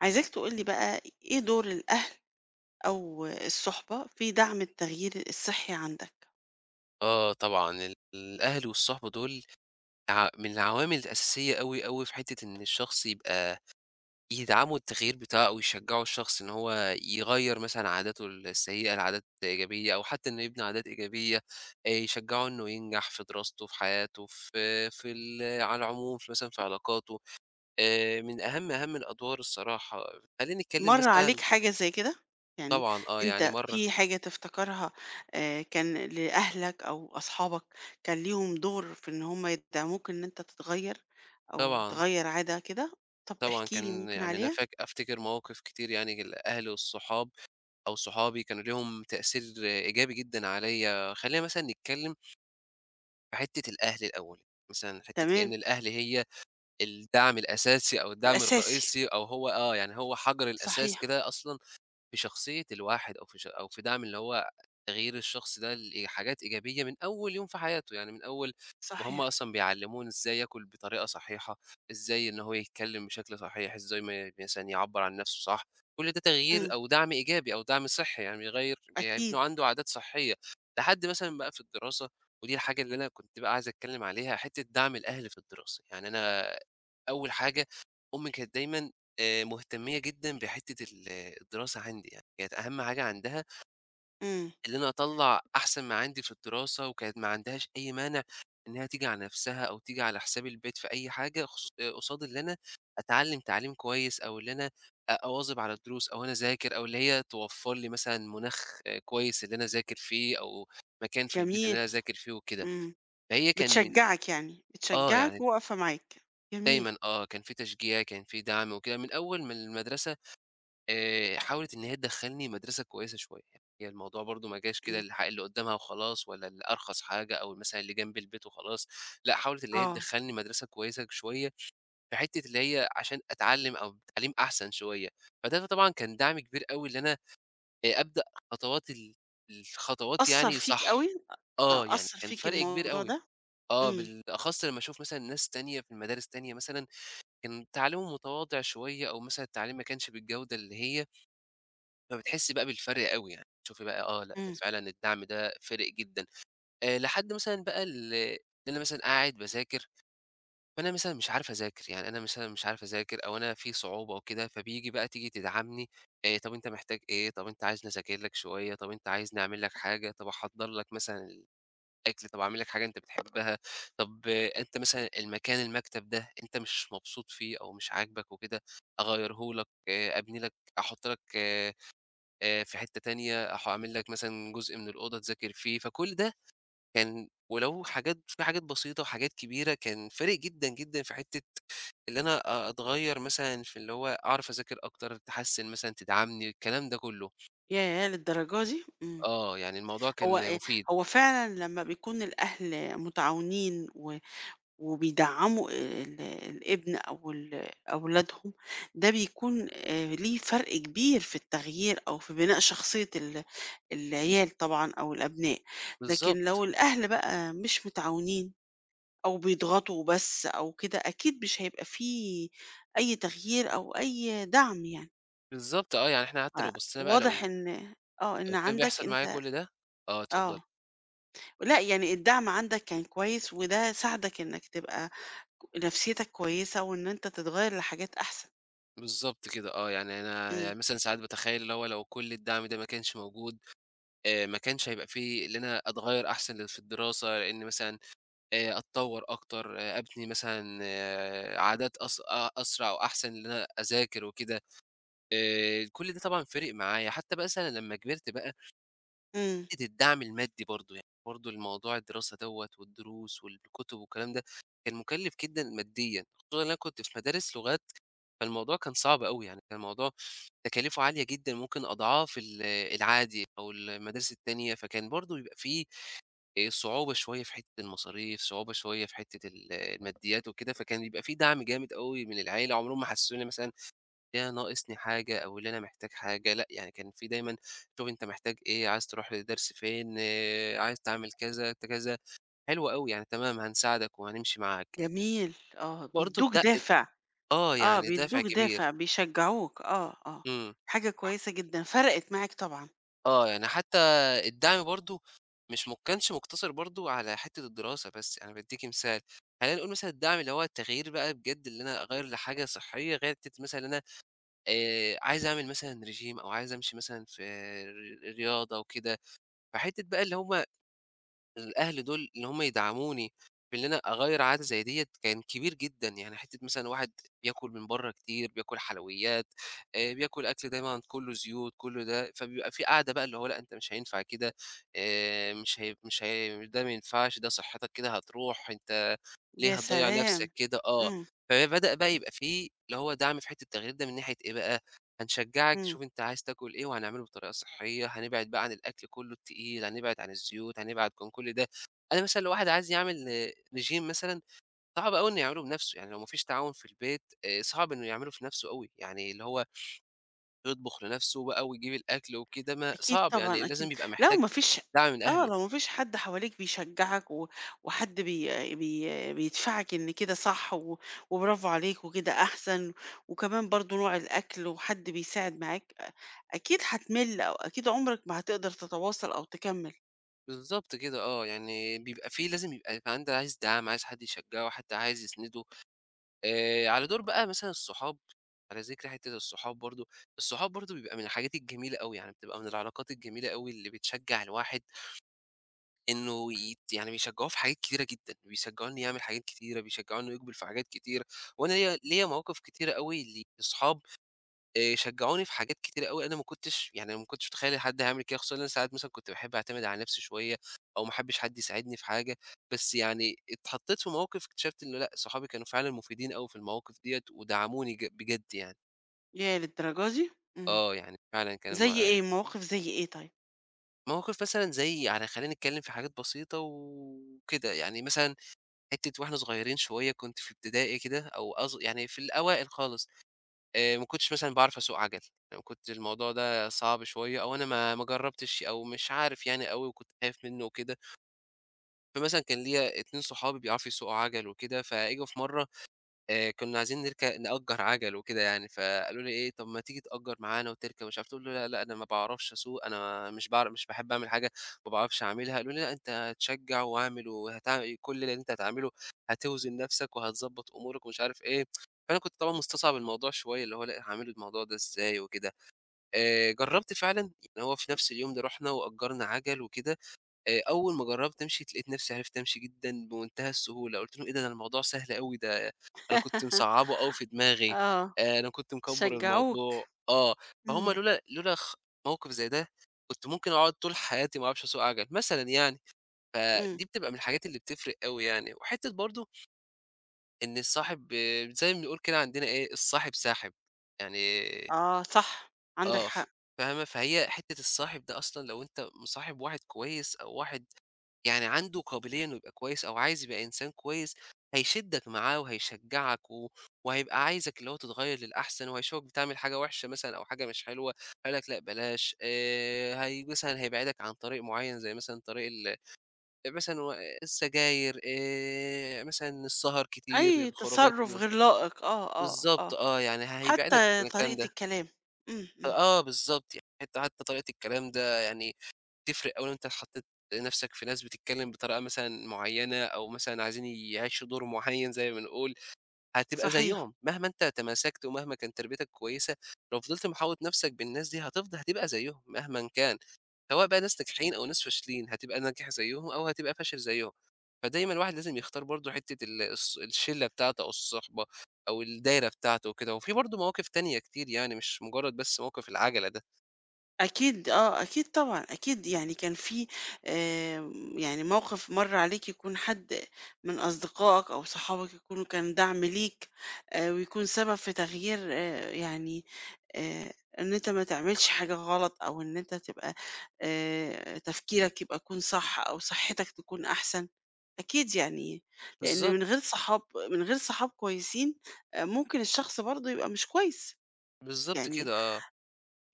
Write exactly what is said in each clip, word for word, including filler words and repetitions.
عايزاك تقول لي بقى إيه دور الأهل أو الصُحبة في دعم التغيير الصحّي عندك؟ آه طبعًا، ال الأهل والصحبة دول ع من العوامل الأساسية أوي، أوي في حتّة إن الشخص يبقى يدعموا التغيير بتاعه ويشجّعوا الشخص إن هو يغيّر مثلًا عاداته السيئة لعادات إيجابية أو حتّى إنه يبني عادات إيجابية، آآ يشجّعوا إنه ينجح في دراسته، في حياته، في في ال على العموم في مثلًا في علاقاته، آآ من أهَم، أهَم الأدوار الصراحة. خلّيني أتكلّم مَر عليك مثلًا حاجة زي كده؟ يعني طبعًا آه، يعني أنت مرّة في حاجة تفتكرها آآ كان لأهلك أو أصحابك كان ليهم دور في إن هم يدعموك إن أنت تتغيّر أو طبعًا، تغيّر عادة كده؟ طَب طبعًا احكِ لي كان ممكن يعني أنا عليها؟ فاك أفتكر مواقف كتير، يعني الأهل والصحاب أو صحابي كانوا ليهم تأثير إيجابي جدًا عليّا، خلّينا مثلًا نتكلّم في حتّة الأهل الأول، مثلًا حتّة تمام، لإن الأهل هي الدعم الأساسي أو الدعم الأساسي، الرئيسي أو هو آه، يعني هو حجر الأساس صحيح، كده أصلًا في شخصية الواحد أو في ش أو في دعم اللي هو تغيير الشخص ده لحاجات إيجابية من أول يوم في حياته، يعني من أول ما هم صحيح، أصلًا بيعلموه إزاي ياكل بطريقة صحيحة، إزاي إن هو يتكلم بشكل صحيح، إزاي ما مثلًا يعبّر عن نفسه صح، كل ده إمم، تغيير أو دعم إيجابي أو دعم صحي، يعني بيغيّر أكيد، بيبنوا عنده عادات صحية، لحد مثلًا بقى في الدراسة، ودي الحاجة اللي أنا كنت بقى عايز أتكلم عليها، حتة دعم الأهل في الدراسة، يعني أنا أول حاجة أمي كانت دايمًا آآ مهتمية جدًا بحتّة ال الدراسة عندي يعني، كانت أهم حاجة عندها إمم، إن أنا أطلّع أحسن ما عندي في الدراسة، وكانت ما عندهاش أي مانع إنها تيجي على نفسها أو تيجي على حساب البيت في أي حاجة خصو آآ قصاد اللي أنا أتعلّم تعليم كويس أو اللي أنا أ أواظب على الدروس أو أنا أذاكر أو اللي هي توفّر لي مثلًا مناخ آه، كويس اللي أنا أذاكر فيه أو مكان في البيت اللي جميل، أنا أذاكر فيه وكده. إمم، فهي كان من بتشجّعك يعني، آه. بتشجّعك يعني وواقفة معاك، جميل. دايمًا آه، كان في تشجيع، كان في دعم وكده، من أول ما المدرسة آآ، حاولت إن هي تدخّلني مدرسة كويسة شوية، يعني هي الموضوع برضه ما جاش كده إمم. الح اللي قدّامها وخلاص، ولا اللي أرخص حاجة أو مثلًا اللي جنب البيت وخلاص، لأ حاولت اللي هي آه. تدخّلني مدرسة كويسة شوية، في حتّة اللي هي عشان أتعلّم أو تعليم أحسن شوية، فده طبعًا كان دعم كبير أوي اللي أنا آآ، أبدأ خطوات ال الخطوات أثّر يعني فيك أوي؟ صح، آه، أ يعني أثّر كان فيك فرق كبير الموضوع أوي، ده؟ آه، إمم، بالأخص لمّا أشوف مثلًا ناس تانية في مدارس تانية مثلًا كان تعليمه متواضع شوية أو مثلًا التعليم ما كانش بالجودة اللي هي، فبتحسّي بقى بالفرق أوي يعني، تشوفي بقى آه، لأ ده إمم. فعلًا الدعم ده فارق جدًا. آآ لحد مثلًا بقى ال إن أنا مثلًا قاعد باذاكر، فأنا مثلًا مش عارف أذاكر، يعني أنا مثلًا مش عارف أذاكر أو أنا في صعوبة وكده، فبييجي بقى تيجي تدعمني، آآ طَب أنت محتاج إيه، طَب أنت عايزني أذاكر لك شوية، طَب أنت عايزني أعمل لك حاجة، طَب أحضّر لك مثلًا أكل، طب أعمل لك حاجة أنت بتحبها، طب أنت مثلًا المكان المكتب ده أنت مش مبسوط فيه أو مش عاجبك وكده، أغيّره لك، آآ، أبني لك أحُط لك آآ، في حتّة تانية، أح أعمل لك مثلًا جزء من الأوضة تذاكر فيه، فكل ده كان ولو حاجات في حاجات بسيطة وحاجات كبيرة، كان فارق جدًا، جدًا في حتّة اللي أنا أ أتغيّر مثلًا في اللي هو أعرف أذاكر أكتر، تحسّن مثلًا، تدعمني، الكلام ده كُلّه. ياه! للدرجة دي! إمم. آه، يعني الموضوع هو كان آآ مفيد. هو فعلًا لمّا بيكون الأهل متعاونين و وبيدعّموا ال الابن أو ال أولادهم، ده بيكون آآ ليه فرق كبير في التغيير أو في بناء شخصية ال العيال طبعًا أو الأبناء. لكن لو بالضبط، الأهل بقى مش متعاونين أو بيضغطوا بس أو كده، أكيد مش هيبقى في أي تغيير أو أي دعم يعني، بالضبط، آه، يعني إحنا حتى لو بصينا بقى فواضح لو إن آه، إن لو كان عندك بيحصل معايا أنت كل ده آه، اتفضّلي. آه، لأ يعني الدعم عندك كان كويس وده ساعدك إنك تبقى نفسيتك كويسة وإن أنت تتغير لحاجات أحسن. بالضبط كده آه، يعني أنا إمم، يعني مثلًا ساعات باتخيّل اللي هو لو كل الدعم ده ما كانش موجود، آآ ما كانش هيبقى في اللي أنا أتغيّر أحسن لل في الدراسة، لإني مثلًا آآ أتطوّر أكتر، آآ أبني مثلًا آه عادات أس أ أسرع وأحسن إن أنا أذاكر وكده، آآ كل ده طبعًا فِرِق معايا، حتّى بقى مثلًا لمّا كبرت بقى إمم، حتّة الدعم المادي برضه، يعني برضه الموضوع الدراسة دوّة والدروس والكُتب والكلام ده، كان مُكلِّف جدًا ماديًا، خصوصًا إن أنا كنت في مدارس لغات، فالموضوع كان صعب أوي، يعني كان الموضوع تكاليفه عالية جدًا، ممكن أضعاف ال العادي أو المدارس التانية، فكان برضه بيبقى في آآ صعوبة شوية في حتّة المصاريف، صعوبة شوية في حتّة ال الماديات وكده، فكان بيبقى في دعم جامد أوي من العيلة، عمرهم ما حسّسوني مثلًا يا ناقصني حاجة أو اللي أنا محتاج حاجة، لأ، يعني كان في دايمًا شوف أنت محتاج إيه، عايز تروح لدرس فين، إيه، عايز تعمل كذا، كذا، حلو أوي يعني تمام هنساعدك وهنمشي معاك، جميل، آه، برضه بيدّوك ده اد دافع، آه، آه، يعني دافع بيدّوك دافع، كبير، بيشجعوك، آه، آه، إمم، حاجة ح كويسة جدًا، فرقت معاك طبعًا، آه، يعني حتى الدعم برضه مش ما كانش مقتصر برضه على حتة الدراسة بس، أنا بادّيكِ مثال، خلّينا نقول مثلًا الدعم اللي هو التغيير بقى بجد اللي أنا أغيّر لحاجة صحية غير حتة مثلًا إن أنا آآ، عايز أعمل مثلًا ريجيم أو عايز أمشي مثلًا في ر رياضة وكده. فحتة بقى اللي هم الأهل دول إن هم يدعموني في إن أنا أغيّر عادة زي ديّة كان كبير جدًا، يعني حتة مثلًا واحد بياكل من برّه كتير، بياكل حلويات، آآ بياكل أكل دايمًا كُلّه زيوت، كُلّه ده، فبيبقى في قعدة بقى اللي هو لأ أنت مش هينفع كده، آآ مش هي مش هي ده ما ينفعش، ده صحّتك كده هتروح، أنت ليه يا هتضيّع سلام! نَفْسك كده؟ آه، إمم، فبدأ بقى يبقى في اللي هو دعم في حتة التغيير ده من ناحية إيه بقى؟ هنشجّعِك إمم. شوفي أنتِ عايز تاكل إيه وهنعمله بطريقة صحّية، هنبعد بقى عن الأكل كلّه التقيل، هنبعد عن الزيوت، هنبعد عن كل ده. أنا مثلًا لو واحد عايز يعمل regime مثلًا، صعب أوي إنه يعمله بنَفْسه، يعني لو ما فيش تعاون في البيت آآ صعب إنه يعمله في نَفْسه أوي، يعني اللي هو يطبخ لنَفْسه بقى ويجيب الأكل وكده ما أكيد صعب، يعني طبعًا، أكيد. لازم يبقى لو محتاج ما فيش دعم من آه، أهله. لو ما فيش حد حواليك بيشجّعك و وحد بي بي بيدفعك إن كده صح و وبرافو عليك وكده أحسن، وكمان برضه نوع الأكل وحد بيساعد معاك، أ أكيد هتمِل أو أكيد عمرك ما هتقدر تتواصل أو تكمّل. بالضبط كده آه، يعني بيبقى في لازم يبقى عنده عايز دعم، عايز حد يشجّعه، حد عايز يسنده. آآ، على دور بقى مثلًا الصحاب، على ذكر حتّة الصحاب برضه، الصحاب برضه بيبقى من الحاجات الجميلة أوي، يعني بتبقى من العلاقات الجميلة أوي اللي بتشجّع الواحد إنه يت يعني بيشجّعوه في حاجات كتيرة جدًا، بيشجّعوه إنه يعمل حاجات كتيرة، بيشجّعوه إنه يقبل في حاجات كتيرة، وأنا ليّا ليّا مواقف كتيرة أوي ل لصحاب آآ شجعوني في حاجات كتيرة أوي، أنا ما كنتش يعني أنا ما كنتش متخيّل إن حد هيعمل كده، خصوصًا إن أنا ساعات مثلًا كنت باحب أعتمد على نفسي شوية أو ما احبش حد يساعدني في حاجة، بس يعني اتحطيت في مواقف اكتشفت إنه لأ، صحابي كانوا فعلًا مفيدين أوي في المواقف ديّة ودعموني ج بجد يعني. ياه للدرجة دي! إمم. آه، يعني فعلًا كان الم زي إيه؟ مواقف زي إيه طيب؟ مواقف مثلًا زي يعني خلّينا نتكلّم في حاجات بسيطة وكده، يعني مثلًا حتّة وإحنا صغيرين شوية كنت في ابتدائي كده أو أص يعني في الأوائل خالص. آآ ما كنتش مثلًا باعرف أسوق عَجَل، يعني كنت الموضوع ده صعب شوية أو أنا ما ما جرّبتش أو مش عارف يعني أوي وكنت خايف منّه وكده، فمثلًا كان ليّا اتنين صحابي بيعرفوا يسوقوا عَجَل وكده، فجُه في مرّة آآ كنا عايزين نرك نأجّر عَجَل وكده يعني، فقالوا لي إيه: "طَب ما تيجي تأجّر معانا وتركب،" مش عارف قُلت له: "لا، لأ، أنا ما باعرفش أسوق، أنا مش باعر مش باحب أعمل حاجة ما باعرفش أعملها." قالوا لي: "لأ، أنت هتشجّع وأعمل وهتع كل اللي أنت هتعمله هتوزن نَفْسك وهتضبّط أمورك." ومش عارف إيه، فأنا كنت طبعًا مستصعب الموضوع شوية، اللي هو لأ، هاعمل الموضوع ده إزاي وكده. آآ جرّبت فعلًا، يعني هو في نَفْس اليوم ده رُحنا وأجّرنا عَجَل وكده آآ أول ما جرّبت أمشي ت لقيت نفسي عرفت أمشي جدًا بمنتهى السهولة، قُلت لهم: "إيه ده، ده الموضوع سهل أوي، ده أنا كنت مصعّبه أوي في دماغي، آه، آآ أنا كنت مكبّر شجّعوك. الموضوع." آه، فهُم إمم، لولا لولا خ موقف زي ده، كنت ممكن أقعد طول حياتي ما أعرفش أسوق عَجَل مثلًا يعني، إمم. فدي بتبقى من الحاجات اللي بتفرق أوي يعني، وحتّة برضه إن الصاحب آه، زي ما بنقول كده عندنا إيه، الصاحب ساحب، يعني آه صح، عندك آه، ف حق. فاهمة؟ فهي حتّة الصاحب ده أصلًا لو أنت مصاحب واحد كويس أو واحد يعني عنده قابلية إنه يبقى كويس أو عايز يبقى إنسان كويس، هيشدّك معاه وهيشجّعك و وهيبقى عايزك اللي هو تتغيّر للأحسن، وهيشوفك بتعمل حاجة وحشة مثلًا أو حاجة مش حلوة، هيقول لك لأ بلاش آآ، هي مثلًا هيبعدك عن طريق معيّن زي مثلًا طريق ال مثلًا و السجاير آآ، مثلًا السهر كتير، أي الخروجات تصرُّف ال غير لائق. آه، آه، آه. بالضبط آه، يعني هيبعدك حتى عن الكلام طريقة ده. الكلام. إمم، إمم، آه، بالضبط يعني حتى حتى طريقة الكلام ده يعني تفرق أوي لو أنت حطيت نَفْسك في ناس بتتكلّم بطريقة مثلًا معيّنة أو مثلًا عايزين يعيشوا دور معيّن زي ما بنقول، هتبقى صحيح. زيّهم، مهما أنت تماسكت ومهما كانت تربيتك كويسة، لو فضلت محاوط نَفْسك بالناس دي هتفضل هتبقى زيّهم مهمًا كان، سواء بقى ناس ناجحين أو ناس فاشلين، هتبقى ناجح زيّهم أو هتبقى فاشل زيّهم، فدايمًا الواحد لازم يختار برضه حتّة ال الص الشِلّة بتاعته أو الصُحبة أو الدايرة بتاعته وكده، وفي برضه مواقف تانية كتير يعني مش مجرّد بس موقف العَجَلة ده. أكيد آه، أكيد طبعًا، أكيد يعني كان في آمم، يعني موقف مَر عليك يكون حد من أصدقائك أو صحابك يكونوا كان دعم ليك آآ، ويكون سبب في تغيير آآ، يعني آآ، إن أنت ما تعملش حاجة غلط أو إن أنت تبقى آآ، تفكيرك يبقى يكون صح أو صحتك تكون أحسن، أكيد يعني لإن من بالضبط، غير صحاب من غير صحاب كويسين آآ، ممكن الشخص برضه يبقى مش كويس، بالضبط يعني كده آه.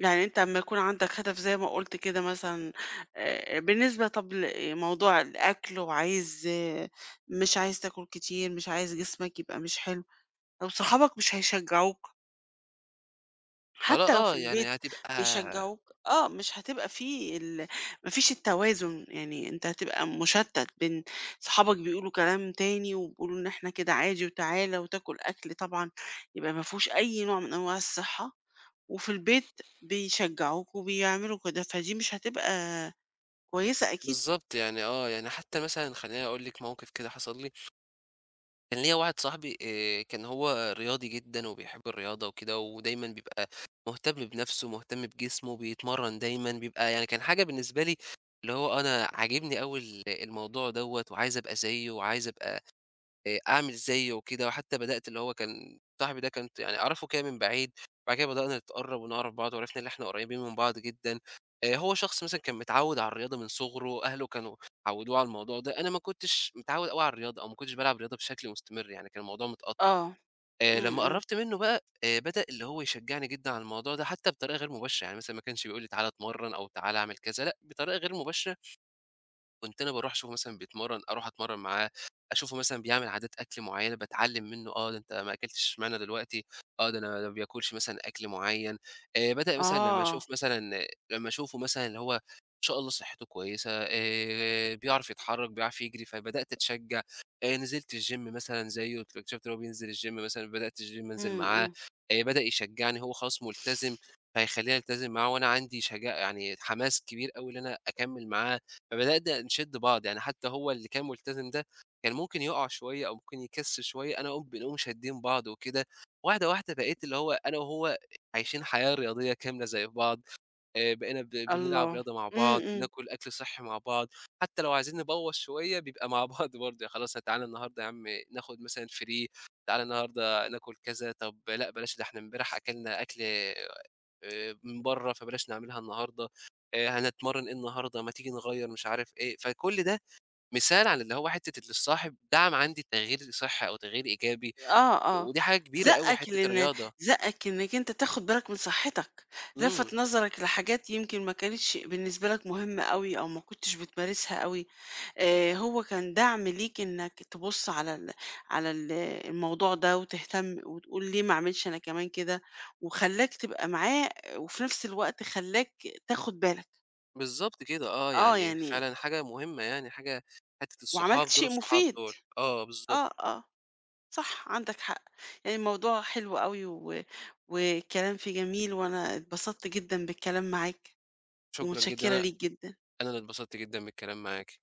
يعني أنت أمّا يكون عندك هدف زي ما قُلت كده مثلًا آآ، بالنسبة طب لموضوع الأكل وعايز آه، مش عايز تاكل كتير، مش عايز جسمك يبقى مش حلو، لو صحابك مش هيشجعوك، خلا حتى لو في آه، البيت يعني هتبقى بيشجعوك آه، مش هتبقى في ال ما فيش التوازن، يعني أنت هتبقى مشتت بين صحابك بيقولوا كلام تاني، وبيقولوا إن إحنا كده عادي وتعالَ وتاكل أكل طبعًا يبقى ما فيهوش أي نوع من أنواع الصحة، وفي البيت بيشجعوك وبيعملوا كده، فدي مش هتبقى كويسة أكيد. بالضبط، يعني آه، يعني حتى مثلًا خلّيني أقول لِك موقف كده حصل لي، كان ليّا واحد صاحبي آآ، كان هو رياضي جدًا وبيحب الرياضة وكده، ودايمًا بيبقى مهتم بنَفْسه، مهتم بجسمه، بيتمرّن دايمًا، بيبقى يعني كان حاجة بالنسبة لي اللي هو أنا عاجبني أوي ال الموضوع دوّة وعايز أبقى زيه وعايز أبقى آآ أعمل زيّه وكده، وحتى بدأت اللي هو كان صاحبي ده كنت يعني أعرفه كده من بعيد، بعد كده بدأنا نتقرّب ونعرف بعض، وعرفنا إن إحنا قريبين من بعض جدًا. آآ هو شخص مثلًا كان متعوّد على الرياضة من صغره، أهله كانوا عوّدوه على الموضوع ده، أنا ما كنتش متعوّد أوي على الرياضة، أو ما كنتش بالعب رياضة بشكل مستمر يعني، كان الموضوع متقطّع. آه، آآ إمم، لمّا إمم، قرّبت منه بقى، آآ بدأ اللي هو يشجّعني جدًا على الموضوع ده، حتى بطريقة غير مباشرة، يعني مثلًا ما كانش بيقول لي تعالَ اتمرّن أو تعالَ اعمل كذا، لأ بطريقة غير مباشرة كنت أنا باروح أشوفه مثلًا بيتمرّن، أروح أتمرّن معاه، أشوفه مثلًا بيعمل عادات أكل معيّنة باتعلّم منّه، آه، ده أنت ما أكلتش اشمعنى دلوقتي، آه، ده أنا ما بياكلش مثلًا أكل معيّن، آآ بدأ مثلًا لمّا آه، أشوف مثلًا لمّا أشوفه مثلًا اللي هو إن شاء الله صحّته كويسة، آآ بيعرف يتحرّك، بيعرف يجري، فبدأت أتشجّع، آآ نزلت الgym مثلًا زيه، اكتشفت إن هو بينزل الgym مثلًا، بدأت الgym أنزل إمم، معاه، إمم، آآ بدأ يشجّعني، هو خلاص ملتزم، فهيخلّيني ألتزم معاه وأنا عندي شجاع يعني حماس كبير أوي إن أنا أكمّل معاه. فبدأنا نشد بعض، يعني حتى هو اللي كان ملتزم ده كان ممكن يُقع شوية أو ممكن يكِس شوية، أنا وهو بنقوم شادين بعض وكده، واحدة، واحدة بقيت اللي هو أنا وهو عايشين حياة رياضية كاملة زي بعض، آآ بقينا ب الله! بنلعب رياضة مع إمم، بعض، إمم، بناكل أكل صحّي مع بعض، حتى لو عايزين نبوّظ شوية بيبقى مع بعض برضه، يا خلاص تعالَ النهارده يا عم ناخد مثلًا free تعالَ النهارده ناكل كذا، طب لأ بلاش ده إحنا امبارح أكلنا أكل آآ من برّه، فبلاش نعملها النهارده، آآ هنتمرّن إيه النهارده، ما تيجي نغيّر مش عارف إيه، فكل ده مثال على اللي هو حتّة اللي الصاحب دعم عندي تغيير صحّي أو تغيير إيجابي، آه، آه، ودي حاجة كبيرة أوي زقّك حتّة لإن الرياضة. زقّك إنك أنت تاخد بالك من صحتك، إمم، لفَّت نظرك لحاجات يمكن ما كانتش بالنسبة لك مهمة أوي أو ما كنتش بتمارسها أوي. آآ هو كان دعم ليك إنك تبُص على ال على ال الموضوع ده وتهتم وتقول ليه ما أعملش أنا كمان كده، وخلّاك تبقى معاه وفي نفس الوقت خلّاك تاخد بالك. بالضبط كده آه، آه، يعني يعني فعلًا حاجة مهمة يعني، حاجة حتّة وعملت الصحاب دور شيء الصحاب مفيد. دول، آه بالضبط، آه، آه، صح عندك حق. يعني الموضوع حلو أوي و والكلام فيه جميل، وأنا اتبسطت جدًا بالكلام معاك، شكرًا جدًا، ومتشكرة أنا ليك جدًا. ش أنا اللي اتبسطت جدًا من الكلام معاكِ.